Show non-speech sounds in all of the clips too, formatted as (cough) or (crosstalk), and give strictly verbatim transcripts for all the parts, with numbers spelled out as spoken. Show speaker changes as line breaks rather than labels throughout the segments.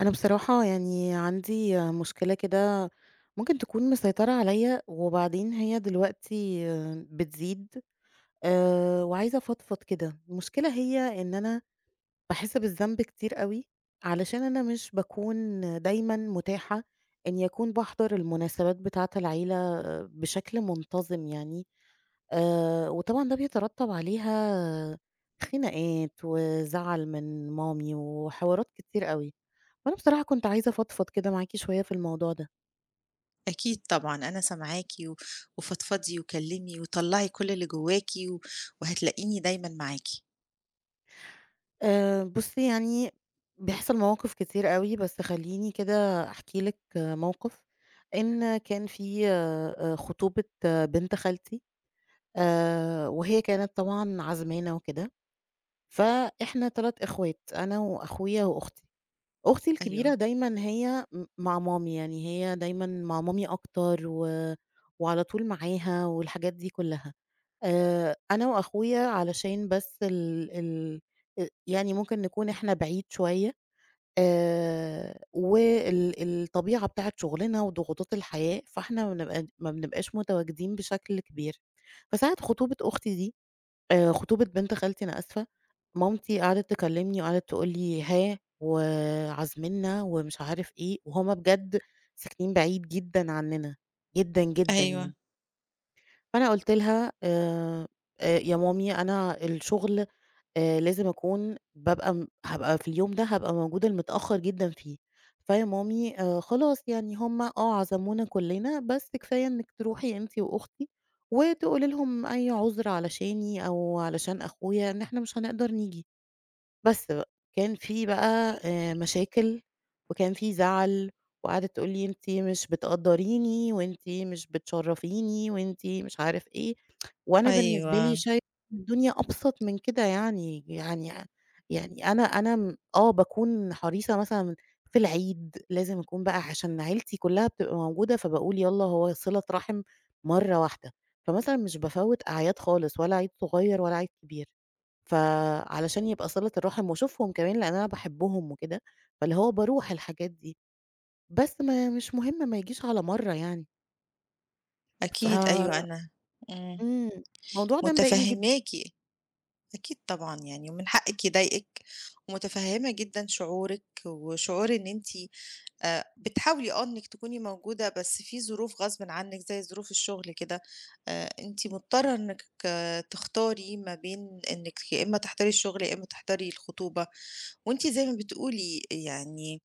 أنا بصراحة يعني عندي مشكلة كده ممكن تكون مسيطرة عليا وبعدين هي دلوقتي بتزيد آه، وعايزة أفضفض كده. المشكلة هي إن أنا بحس بالذنب كتير قوي علشان أنا مش بكون دايما متاحة إني أكون بحضر المناسبات بتاعة العيلة بشكل منتظم يعني آه، وطبعا ده بيترتب عليها خناقات وزعل من مامي وحوارات كتير قوي، وأنا بصراحة كنت عايزة أفضفض كده معاكِ شوية في الموضوع ده.
أكيد طبعًا، أنا سامعاكِ و وفضفضي وكلّمي وطلّعي كل اللي جواكِ و وهتلاقيني دايمًا معاكِ.
آآ بُصّي، يعني بيحصل مواقف كتير أوي، بس خلّيني كده أحكي لِك موقف. إن كان في آآ خطوبة آه، بنت خالتي، آآ وهي كانت طبعًا عازمانا وكده، فإحنا تلات إخوات، أنا وأخويا وأختي. أختي
أيوه،
الكبيرة دايمًا هي م مع مامي، يعني هي دايمًا مع مامي أكتر، و وعلى طول معاها والحاجات دي كلّها. آآ أنا وأخويا علشان بس ال ال أ يعني ممكن نكون إحنا بعيد شوية، آآ وال الطبيعة بتاعة شغلنا وضغوطات الحياة، فإحنا ما بنبقى ما بنبقاش متواجدين بشكل كبير. فساعة خطوبة أختي دي، آآ خطوبة بنت خالتي أنا آسفة، مامتي قعدت تكلمني وقعدت تقول لي: "ها وعازميننا." ومش عارف إيه، وهُم بجد ساكنين بعيد جدًا عننا، جدًا، جدًا
أيوه،
يعني. فأنا قُلت لها: "آآ آآ يا مامي أنا الشغل آآ لازم أكون بابقى م هابقى في اليوم ده، هابقى موجودة لمتأخّر جدًا فيه، فيا مامي آآ خلاص يعني هم آه عزمونا كُلّنا، بس كفاية إنِّك تروحي أنتِ وأختي وتقولي لهم أي عُذر علشاني أو علشان أخويا إن إحنا مش هنقدر نيجي." بس بقى، كان في بقى آآ مشاكل، وكان في زعل، وقعدت تقول لي: "أنتِ مش بتقدّريني، وأنتِ مش بتشرّفيني، وأنتِ مش عارف إيه." وأنا بالنسبة لي
أيوه،
شايفة إن الدنيا أبسط من كده يعني، يعني يعني أنا أنا م آه باكون حريصة مثلًا في العيد لازم أكون بقى، عشان عيلتي كلّها بتبقى موجودة، فباقول يالّا هو صِلة رحم مرّة واحدة، فمثلًا مش بافوّت أعياد خالص، ولا عيد صغير ولا عيد كبير. فعلشان يبقى صِلة الرحم واشوفهم كمان لإن أنا باحبهم وكده، فاللي هو باروح الحاجات دي، بس ما مش مهم ما يجيش على مرّة يعني، ف
أكيد أيوه
صح.
أنا. إمم،
إمم، الموضوع ده مضايقني جدًا.
متفهّماكِ، أكيد طبعًا يعني ومن حقِّك يضايقِك ومتفهّمة جدًا شعورِك وشعور إن أنتِ آآ بتحاولي آه إنِّك تكوني موجودة، بس في ظروف غصبٍ عنِّك زي ظروف الشغل كده. آآ أنتِ مضطرة إنِّك آه، تختاري ما بين إنِّك يا إمّا تحضري الشغل، يا إمّا تحضري الخطوبة، وأنتِ زي ما بتقولي يعني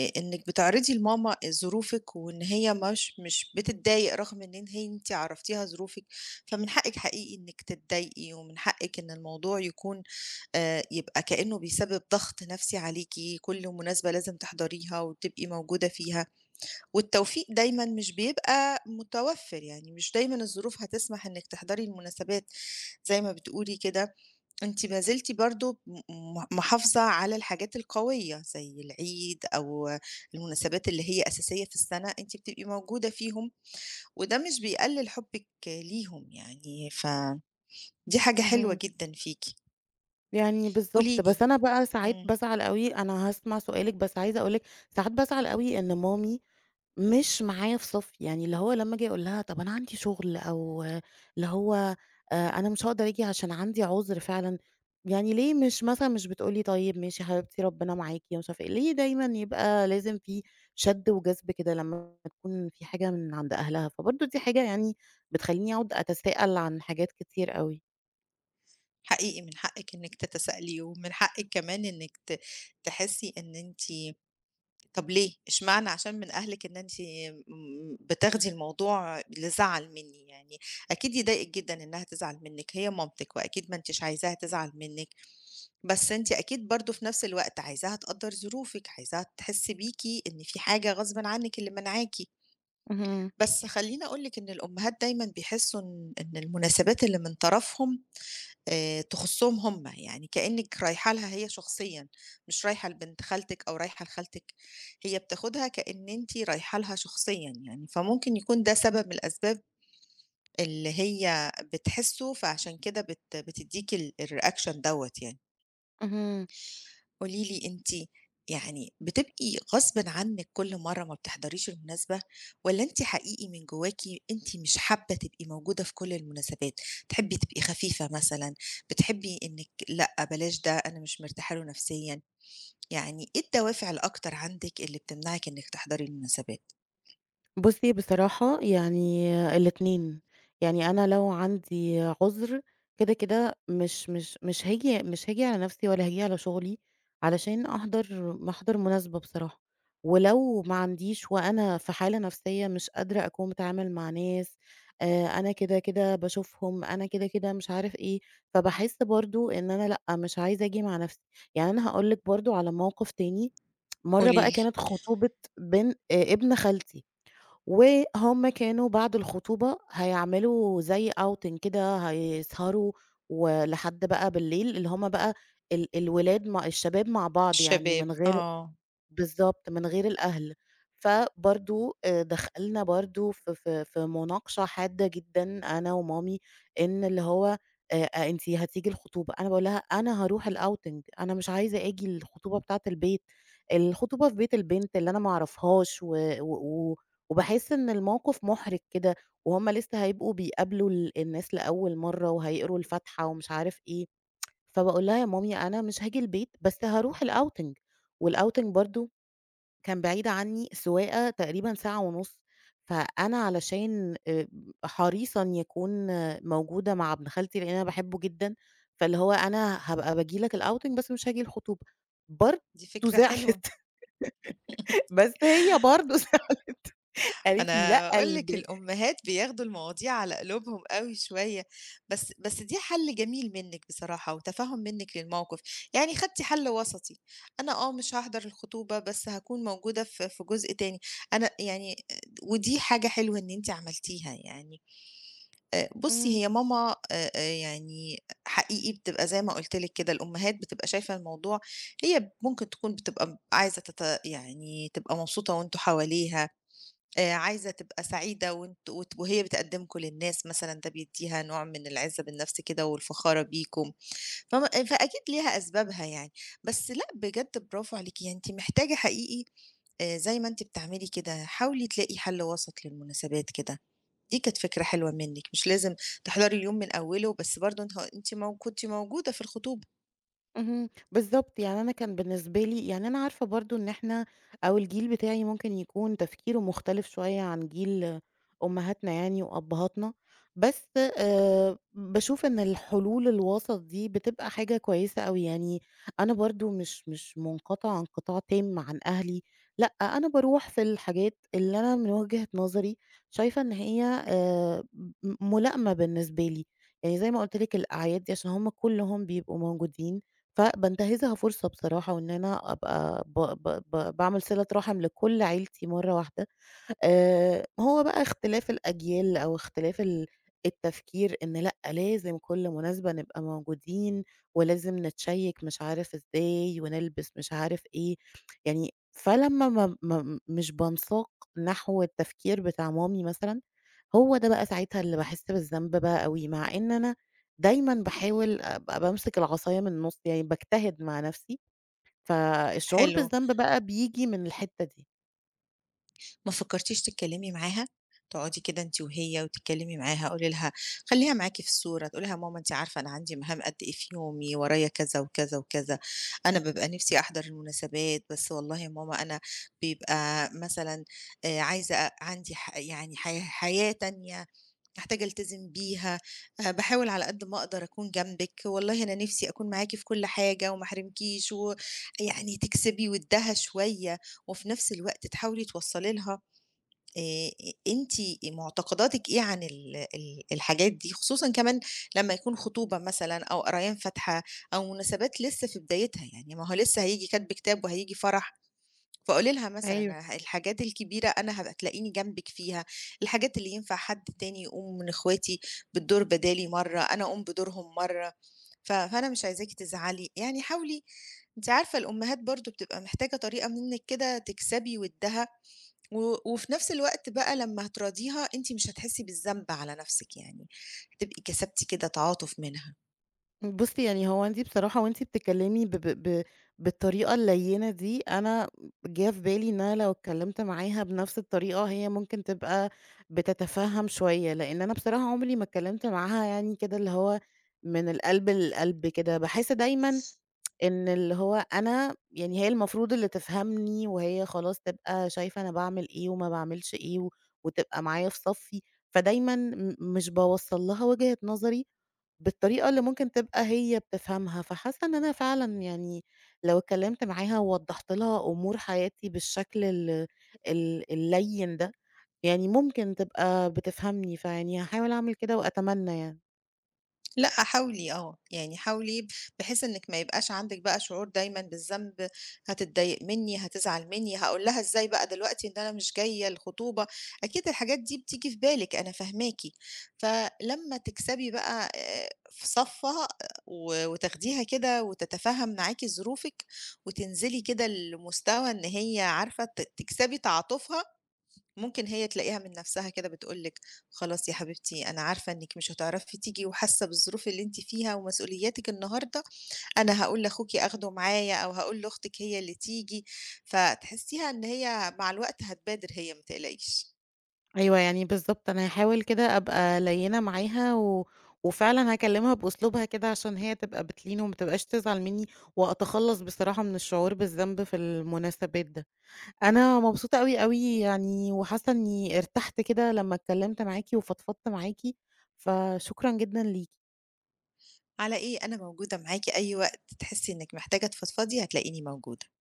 آآ إنِّك بتعرضي لماما ظروفِك وإن هي مش مش بتتضايق رغم إن إن هي أنتِ عرّفتيها ظروفِك، فمن حقِّك حقيقي إنِّك تتضايقي ومن حقِّك إن الموضوع يكون آآ يبقى كإنّه بيسبب ضغط نفسي عليكِ، كل مناسبة لازم تحضريها وتبقي موجودة فيها، والتوفيق دايمًا مش بيبقى متوفّر، يعني مش دايمًا الظروف هتسمح إنِّك تحضري المناسبات زي ما بتقولي كده. أنتِ ما زلتِ برضه م م محافظة على الحاجات القوية، زي العيد أو المناسبات اللي هي أساسية في السنة، أنتِ بتبقي موجودة فيهم، وده مش بيقلل حُبِّك ليهم يعني، فدي حاجة حلوة
اهم.
جدًا فيكِ.
يعني
قولي
بالضبط،
لي.
بس أنا بقى ساعات
إمم،
بازعل أوي. أنا هاسمع سؤالِك بس عايزة أقول لِك، ساعات بازعل أوي إن مامي مش معايا في صف، يعني اللي هو لمّا آجي أقول لها طَب أنا عندي شغل، أو اللي هو آآ أنا مش هاقدر آجي عشان عندي عُذر فعلًا، يعني ليه مش مثلًا مش بتقول لي طيب ماشي يا حبيبتي ربنا معاكِ ومش عارفة إيه، ليه دايمًا يبقى لازم في شَد وجذب كده لمّا تكون في حاجة من عند أهلها؟ فبرضه دي حاجة يعني بتخلّيني أقعد أتساءل عن حاجات كتير أوي.
حقيقي من حقِّك إنِّك تتسائلي، ومن حقِّك كمان إنِّك ت تحسّي إن أنتِ طب ليه؟ اشمعنى عشان من أهلِك إن أنتِ م بتاخدي الموضوع لزعل مني يعني، أكيد يضايقِك جدًا إنها تزعل منِك، هي مامتِك وأكيد ما أنتيش عايزاها تزعل منِك، بس أنتِ أكيد برضه في نفس الوقت عايزاها تقدّر ظروفِك، عايزاها تحس بيكِ إن في حاجة غصبٍ عنِك اللي منعاكِ،
اهم،
بس خلّيني أقول لِك إن الأمهات دايمًا بيحسّوا إن إن المناسبات اللي من طرفهم آآ تخُصّهم هم، يعني كإنِّك رايحة لها هي شخصيًا، مش رايحة لبنت خالتِك أو رايحة لخالتِك، هي بتاخدها كإن أنتِ رايحة لها شخصيًا يعني، فممكن يكون ده سبب من الأسباب اللي هي بتحسّه، فعشان كده بت بتدّيكِ ال الreaction دوّة يعني.
اهم.
قولي لي أنتِ، يعني بتبقي غصبٍ عنِّك كل مرّة ما بتحضريش المناسبة، والّا أنتِ حقيقي من جواكِ أنتِ مش حابة تبقي موجودة في كل المناسبات، تحبي تبقي خفيفة مثلًا، بتحبي إنِّك لأ بلاش ده أنا مش مرتاحة له نفسيًا، يعني إيه الدوافع الأكتر عندِك اللي بتمنعِك إنِّك تحضري المناسبات؟
بُصّي، بصراحة يعني الاتنين، يعني أنا لو عندي عُذر كده، كده مش مش مش هاجي، مش هاجي على نَفْسي ولا هاجي على شُغلي علشان أحضر أحضر مناسبة بصراحة، ولو ما عنديش وأنا في حالة نَفْسية مش قادرة أكون باتعامل مع ناس، آآ أنا كده، كده باشوفهم، أنا كده، كده مش عارف إيه، فباحس برضه إن أنا لأ، مش عايزة آجي مع نَفْسي. يعني أنا هاقول لِك برضه على موقِف تاني، مرّة
قولي
بقى
لي.
كانت خطوبة بن آآ ابن خالتي. وهُم كانوا بعد الخطوبة هيعملوا زي outing كده، هيسهروا ولحد بقى بالليل، اللي هُم بقى ال الولاد مع الشباب مع بعض يعني
الشباب.
من غير
آه،
بالضبط، من غير الأهل. فبرضه آآ دخلنا برضه في في في مناقشة حادة جدًا أنا ومامي، إن اللي هو آآ أنتِ هتيجي الخطوبة. أنا باقول لها: "أنا هاروح الouting، أنا مش عايزة آجي الخطوبة بتاعة البيت، الخطوبة في بيت البنت اللي أنا ما أعرفهاش." و و و وباحس إن الموقف مُحرِج كده، وهُم لسه هيبقوا بيقابلوا ال الناس لأول مرّة وهيقروا الفاتحة ومش عارف إيه، فباقول لها: "يا مامي أنا مش هاجي البيت، بس هاروح الouting." والouting برضه كان بعيد عني سواقة تقريبًا ساعة ونُص، فأنا علشان آآ حريصة إن يكون آه، موجودة مع ابن خالتي لإن أنا باحبه جدًا، فاللي هو أنا هابقى باجي لك الouting بس مش هاجي الخطوبة، برضه
دي فكرة حلوة.
زعلت.
(laughs)
(laughs) بس هي برضه زعلت،
أنا
قالت لي: "لأ
هاقول
الب"
لِك
(laughs)
الأمهات بياخدوا المواضيع على قلوبهم أوي شوية، بس بس دي حَل جميل منِّك بصراحة وتفهُّم منِّك للموقف، يعني خدتِ حَل وسطي، أنا آه مش هاحضر الخطوبة بس هاكون موجودة في في جزء تاني، أنا يعني ودي حاجة حلوة إن أنتِ عملتيها يعني. آآ بُصّي
إمم.
هي ماما آآ آآ يعني حقيقي بتبقى زي ما قُلت لِك كده، الأمهات بتبقى شايفة الموضوع، هي ممكن تكون بتبقى عايزة تت يعني تبقى مبسوطة وأنتم حواليها. آآ عايزة تبقى سعيدة وأنت وت وهي بتقدّمكم للناس مثلًا ده بيدّيها نوع من العزّة بالنفس كده والفخارة بيكم، فم فأكيد ليها أسبابها يعني، بس لأ بجد برافو عليكِ، يعني أنتِ محتاجة حقيقي آآ زي ما أنتِ بتعملي كده حاولي تلاقي حل وسط للمناسبات كده، دي كانت فكرة حلوة منِّك، مش لازم تحضري اليوم من أوّله، بس برضه أنتِ ه أنتِ مو كنتِ موجودة في الخطوبة.
اهم، بالضبط، يعني أنا كان بالنسبة لي يعني أنا عارفة برضه إن إحنا أو الجيل بتاعي ممكن يكون تفكيره مختلف شوية عن جيل أمهاتنا يعني وأبهاتنا، بس آآ باشوف إن الحلول الوسط دي بتبقى حاجة كويسة أوي، يعني أنا برضه مش مش منقطعة انقطاع تام عن أهلي، لأ، أنا باروح في الحاجات اللي أنا من وجهة نظري شايفة إن هي آآ م ملائمة بالنسبة لي، يعني زي ما قُلت لِك الأعياد دي عشان هُم كلّهم بيبقوا موجودين، فبانتهزها فرصة بصراحة، وإن أنا أبقى ب ب ب باعمل صِلة رحم لكل عيلتي مرّة واحدة. آآ، هو بقى اختلاف الأجيال أو اختلاف ال التفكير إن لأ، لازم كل مناسبة نبقى موجودين، ولازم نتشيّك مش عارف إزاي، ونلبس مش عارف إيه، يعني فلمّا ما ما مش بانساق نحو التفكير بتاع مامي مثلًا، هو ده بقى ساعتها اللي باحس بالذنب بقى أوي، مع إن أنا دايمًا باحاول أبقى بامسك العصاية من النُص، يعني باجتهد مع نَفْسي، فالشعور
حلو.
بالذنب بقى بييجي من الحتّة دي.
ما فكرتيش تتكلمي معاها؟ تقعدي كده أنتِ وهي وتتكلمي معاها، قولي لها خلّيها معاكِ في الصورة، تقولي لها: "ماما أنتِ عارفة أنا عندي مهام قد إيه في يومي، ورايا كذا وكذا وكذا، أنا بابقى نِفْسي أحضر المناسبات، بس والله يا ماما أنا بيبقى مثلًا آآ عايزة أ عندي ح يعني ح حياة تانية محتاجة ألتزم بيها، آآ باحاول على قد ما أقدر أكون جنبِك، والله أنا نِفْسي أكون معاكِ في كل حاجة وما احرمكيش." ويعني تكسبي وِدّها شوية، وفي نَفْس الوقت تحاولي توصّلي لها آآ أنتِ معتقداتِك إيه عن ال ال الحاجات دي؟ خصوصًا كمان لمّا يكون خطوبة مثلًا أو قرايان فاتحة أو مناسبات لسه في بدايتها، يعني ما هو لسه هييجي كاتب كتاب وهييجي فرح، فقولي لها مثلًا
أيوه.
أنا الحاجات الكبيرة أنا هابقى تلاقيني جنبِك فيها، الحاجات اللي ينفع حد تاني يقوم من إخواتي بالدور بدالي مرّة، أنا أقوم بدورهم مرّة، ف فأنا مش عايزاكِ تزعلي، يعني حاولي، أنتِ عارفة الأمهات برضه بتبقى محتاجة طريقة منِّك كده تكسبي وِدّها. و وفي نفس الوقت بقى لمّا هتراضيها أنتِ مش هتحسّي بالذنب على نفسِك يعني، هتبقي كسبتِ كده تعاطُف منها.
بُصّي، يعني هو أنتِ بصراحة وأنتِ بتتكلّمي ب ب ب بالطريقة الليّنة دي، أنا جِه في بالي إن أنا لو اتكلّمت معاها بنفس الطريقة، هي ممكن تبقى بتتفهّم شوية، لإن أنا بصراحة عمري ما اتكلّمت معاها يعني كده اللي هو من القلب للقلب كده. باحس دايمًا إن اللي هو أنا يعني هي المفروض اللي تفهمني، وهي خلاص تبقى شايفة أنا باعمل إيه وما باعملش إيه، و وتبقى معايا في صَفّي، فدايمًا م مش باوصّل لها وجهة نظري بالطريقة اللي ممكن تبقى هي بتفهمها، فحاسة إن أنا فعلًا يعني لو اتكلمت معاها ووضّحت لها أمور حياتي بالشكل ال ال اللَّين ده، يعني ممكن تبقى بتفهمني، فيعني هاحاول أعمل كده وأتمنى يعني.
لأ، حاولي آه، يعني حاولي بحيث إنِّك ما يبقاش عندِك بقى شعور دايمًا بالذنب، هتتضايق منّي، هتزعل منّي، هاقول لها إزاي بقى دلوقتي إن أنا مش جاية الخطوبة، أكيد الحاجات دي بتيجي في بالِك أنا فاهماكِ، فلمّا تكسبي بقى آآ في صفّها و وتاخديها كده وتتفهّم معاكِ ظروفِك، وتنزلي كده لمستوى إن هي عارفة ت تكسبي تعاطفها، ممكن هي تلاقيها من نفسها كده بتقول لِك خلاص يا حبيبتي أنا عارفة إنِّك مش هتعرفي تيجي وحاسة بالظروف اللي أنتِ فيها ومسؤولياتِك النهارده، أنا هاقول لأخوكِ آخده معايا أو هاقول لأختِك هي اللي تيجي، فتحسيها إن هي مع الوقت هتبادر، هي ما تقلقيش.
أيوه، يعني بالضبط، أنا هاحاول كده أبقى لَيِّنة معاها، و وفعلًا هاكلمها بأسلوبها كده عشان هي تبقى بتلين وما تبقاش تزعل منّي، وأتخلّص بصراحة من الشعور بالذنب في المناسبات ده. أنا مبسوطة أوي، أوي يعني، وحاسة إني ارتحت كده لمّا اتكلّمت معاكِ وفضفضت معاكِ، فشكرًا جدًا ليكِ.
على إيه، أنا موجودة معاكِ أي وقت تحسي إنِّك محتاجة تفضفضي هتلاقيني موجودة.